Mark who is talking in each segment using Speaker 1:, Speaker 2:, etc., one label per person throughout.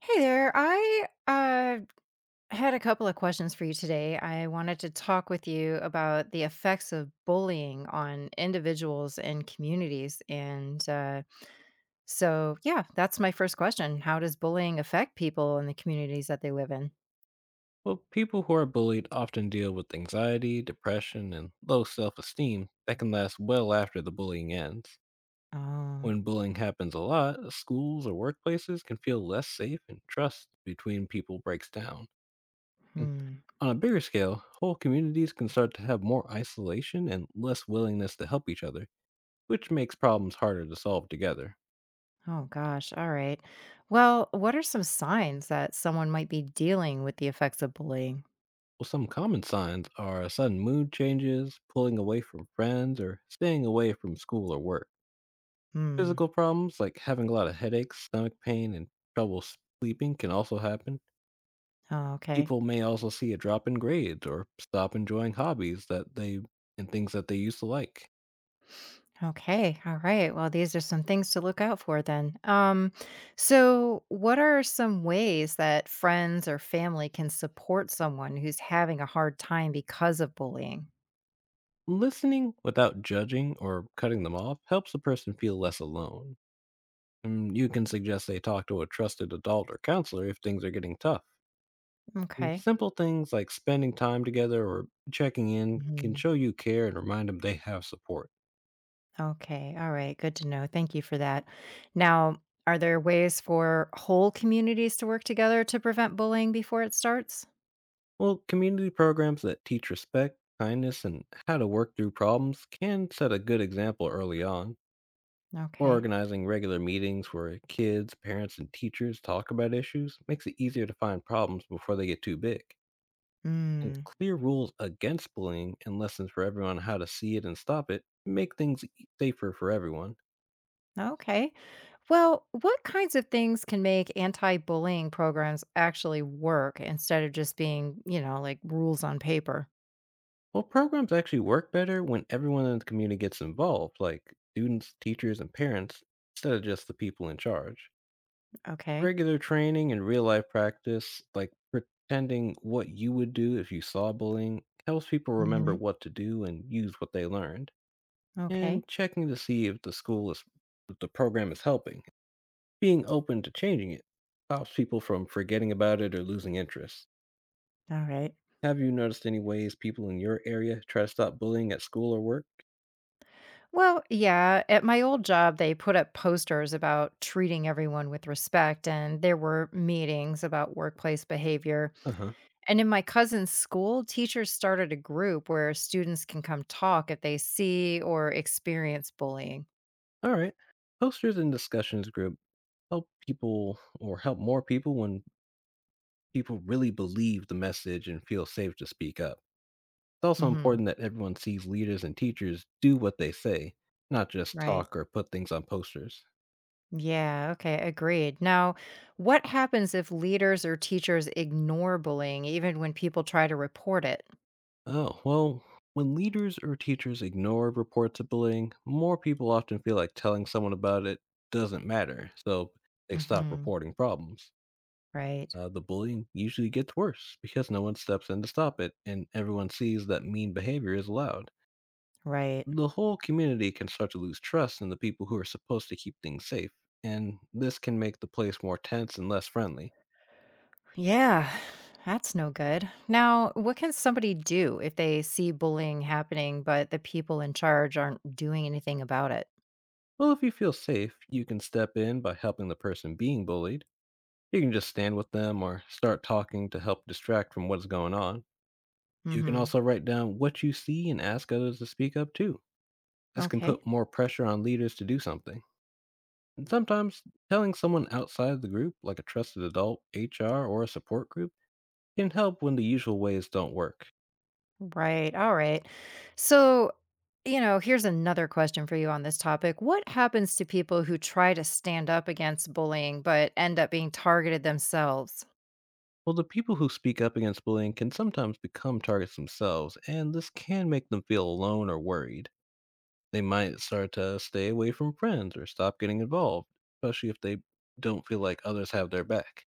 Speaker 1: Hey there. I had a couple of questions for you today. I wanted to talk with you about the effects of bullying on individuals and communities. Yeah, that's my first question. How does bullying affect people in the communities that they live in?
Speaker 2: Well, people who are bullied often deal with anxiety, depression, and low self esteem that can last well after the bullying ends.
Speaker 1: Oh,
Speaker 2: When bullying happens a lot, schools or workplaces can feel less safe and trust between people breaks down. Mm.
Speaker 1: hmm.
Speaker 2: On a bigger scale, whole communities can start to have more isolation and less willingness to help each other, which makes problems harder to solve together.
Speaker 1: Oh, gosh. All right. Well, what are some signs that someone might be dealing with the effects of bullying?
Speaker 2: Well, some common signs are sudden mood changes, pulling away from friends, or staying away from school or work.
Speaker 1: Hmm.
Speaker 2: Physical problems like having a lot of headaches, stomach pain, and trouble sleeping can also happen.
Speaker 1: Oh, okay.
Speaker 2: People may also see a drop in grades or stop enjoying hobbies that they and things that they used to like.
Speaker 1: Okay. All right. Well, these are some things to look out for then. So, what are some ways that friends or family can support someone who's having a hard time because of bullying?
Speaker 2: Listening without judging or cutting them off helps a person feel less alone. Mm, you can suggest they talk to a trusted adult or counselor if things are getting tough. And
Speaker 1: Okay.
Speaker 2: simple things like spending time together or checking in can
Speaker 1: Mhm.
Speaker 2: show you care and remind them they have support.
Speaker 1: Okay. All right. Good to know. Thank you for that. Now, are there ways for whole communities to work together to prevent bullying before it starts?
Speaker 2: Well, community programs that teach respect, kindness, and how to work through problems can set a good example early on.
Speaker 1: Okay.
Speaker 2: Organizing regular meetings where kids, parents, and teachers talk about issues makes it easier to find problems before they get too big. And
Speaker 1: Mm,
Speaker 2: clear rules against bullying and lessons for everyone on how to see it and stop it make things safer for everyone.
Speaker 1: okay. Well, what kinds of things can make anti-bullying programs actually work instead of just being, like rules on paper?
Speaker 2: Well, programs actually work better when everyone in the community gets involved, like students, teachers, and parents, instead of just the people in charge.
Speaker 1: Okay.
Speaker 2: Regular training and real life practice, like pretending what you would do if you saw bullying, helps people
Speaker 1: Hmm.
Speaker 2: remember what to do and use what they learned.
Speaker 1: Okay.
Speaker 2: And checking to see if if the program is helping, being open to changing it, stops people from forgetting about it or losing interest.
Speaker 1: All right.
Speaker 2: Have you noticed any ways people in your area try to stop bullying at school or work?
Speaker 1: Well, yeah, at my old job, they put up posters about treating everyone with respect, and there were meetings about workplace behavior.
Speaker 2: Uh huh.
Speaker 1: And in my cousin's school, teachers started a group where students can come talk if they see or experience bullying.
Speaker 2: All right. Posters and discussions group help more people when people really believe the message and feel safe to speak up. It's also
Speaker 1: Hmm.
Speaker 2: important that everyone sees leaders and teachers do what they say, not just
Speaker 1: Right.
Speaker 2: talk or put things on posters.
Speaker 1: Yeah, okay, agreed. Now, what happens if leaders or teachers ignore bullying even when people try to report it?
Speaker 2: Oh, well, when leaders or teachers ignore reports of bullying, more people often feel like telling someone about it doesn't matter, so they stop
Speaker 1: Hmm.
Speaker 2: reporting problems.
Speaker 1: Right.
Speaker 2: The bullying usually gets worse because no one steps in to stop it, and everyone sees that mean behavior is allowed.
Speaker 1: Right.
Speaker 2: The whole community can start to lose trust in the people who are supposed to keep things safe, and this can make the place more tense and less friendly.
Speaker 1: Yeah, that's no good. Now, what can somebody do if they see bullying happening, but the people in charge aren't doing anything about it?
Speaker 2: Well, if you feel safe, you can step in by helping the person being bullied. You can just stand with them or start talking to help distract from what's going on. You can
Speaker 1: Hmm.
Speaker 2: also write down what you see and ask others to speak up too. This can
Speaker 1: Okay.
Speaker 2: put more pressure on leaders to do something. And sometimes telling someone outside the group, like a trusted adult, HR, or a support group, can help when the usual ways don't work.
Speaker 1: Right. All right. So, here's another question for you on this topic. What happens to people who try to stand up against bullying but end up being targeted themselves?
Speaker 2: Well, the people who speak up against bullying can sometimes become targets themselves, and this can make them feel alone or worried. They might start to stay away from friends or stop getting involved, especially if they don't feel like others have their back.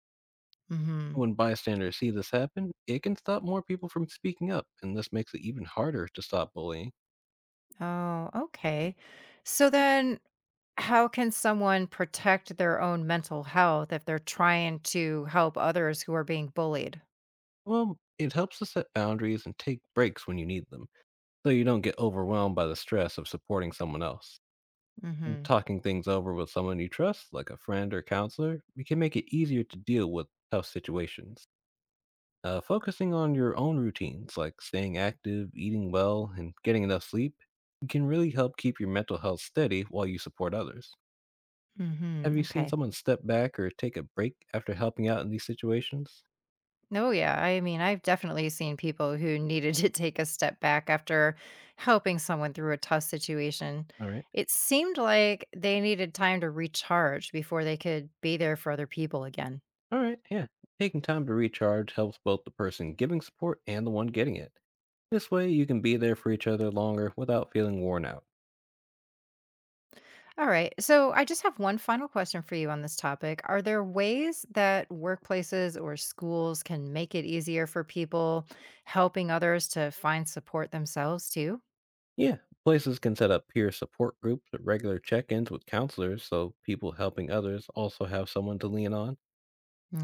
Speaker 1: Hmm.
Speaker 2: When bystanders see this happen, it can stop more people from speaking up, and this makes it even harder to stop bullying.
Speaker 1: Oh, okay. So then, how can someone protect their own mental health if they're trying to help others who are being bullied?
Speaker 2: Well, it helps to set boundaries and take breaks when you need them, so you don't get overwhelmed by the stress of supporting someone else.
Speaker 1: Hmm.
Speaker 2: Talking things over with someone you trust, like a friend or counselor, we can make it easier to deal with tough situations. Focusing on your own routines, like staying active, eating well, and getting enough sleep, can really help keep your mental health steady while you support others.
Speaker 1: Hmm.
Speaker 2: Have you seen
Speaker 1: Okay.
Speaker 2: someone step back or take a break after helping out in these situations?
Speaker 1: Oh, yeah. I mean, I've definitely seen people who needed to take a step back after helping someone through a tough situation.
Speaker 2: All right.
Speaker 1: It seemed like they needed time to recharge before they could be there for other people again.
Speaker 2: All right. Yeah. Taking time to recharge helps both the person giving support and the one getting it. This way, you can be there for each other longer without feeling worn out.
Speaker 1: All right. So I just have one final question for you on this topic. Are there ways that workplaces or schools can make it easier for people helping others to find support themselves too?
Speaker 2: Yeah, places can set up peer support groups or regular check ins with counselors so people helping others also have someone to lean on.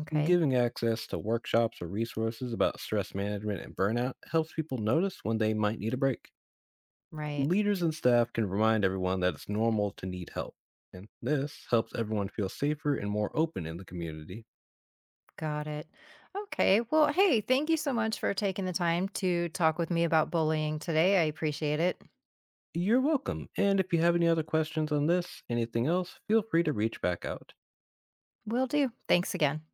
Speaker 1: Okay.
Speaker 2: Giving access to workshops or resources about stress management and burnout helps people notice when they might need a break.
Speaker 1: Right.
Speaker 2: Leaders and staff can remind everyone that it's normal to need help, and this helps everyone feel safer and more open in the community.
Speaker 1: Got it. Okay. Well, hey, thank you so much for taking the time to talk with me about bullying today. I appreciate it.
Speaker 2: You're welcome, and if you have any other questions on this, anything else, feel free to reach back out.
Speaker 1: Will do. Thanks again.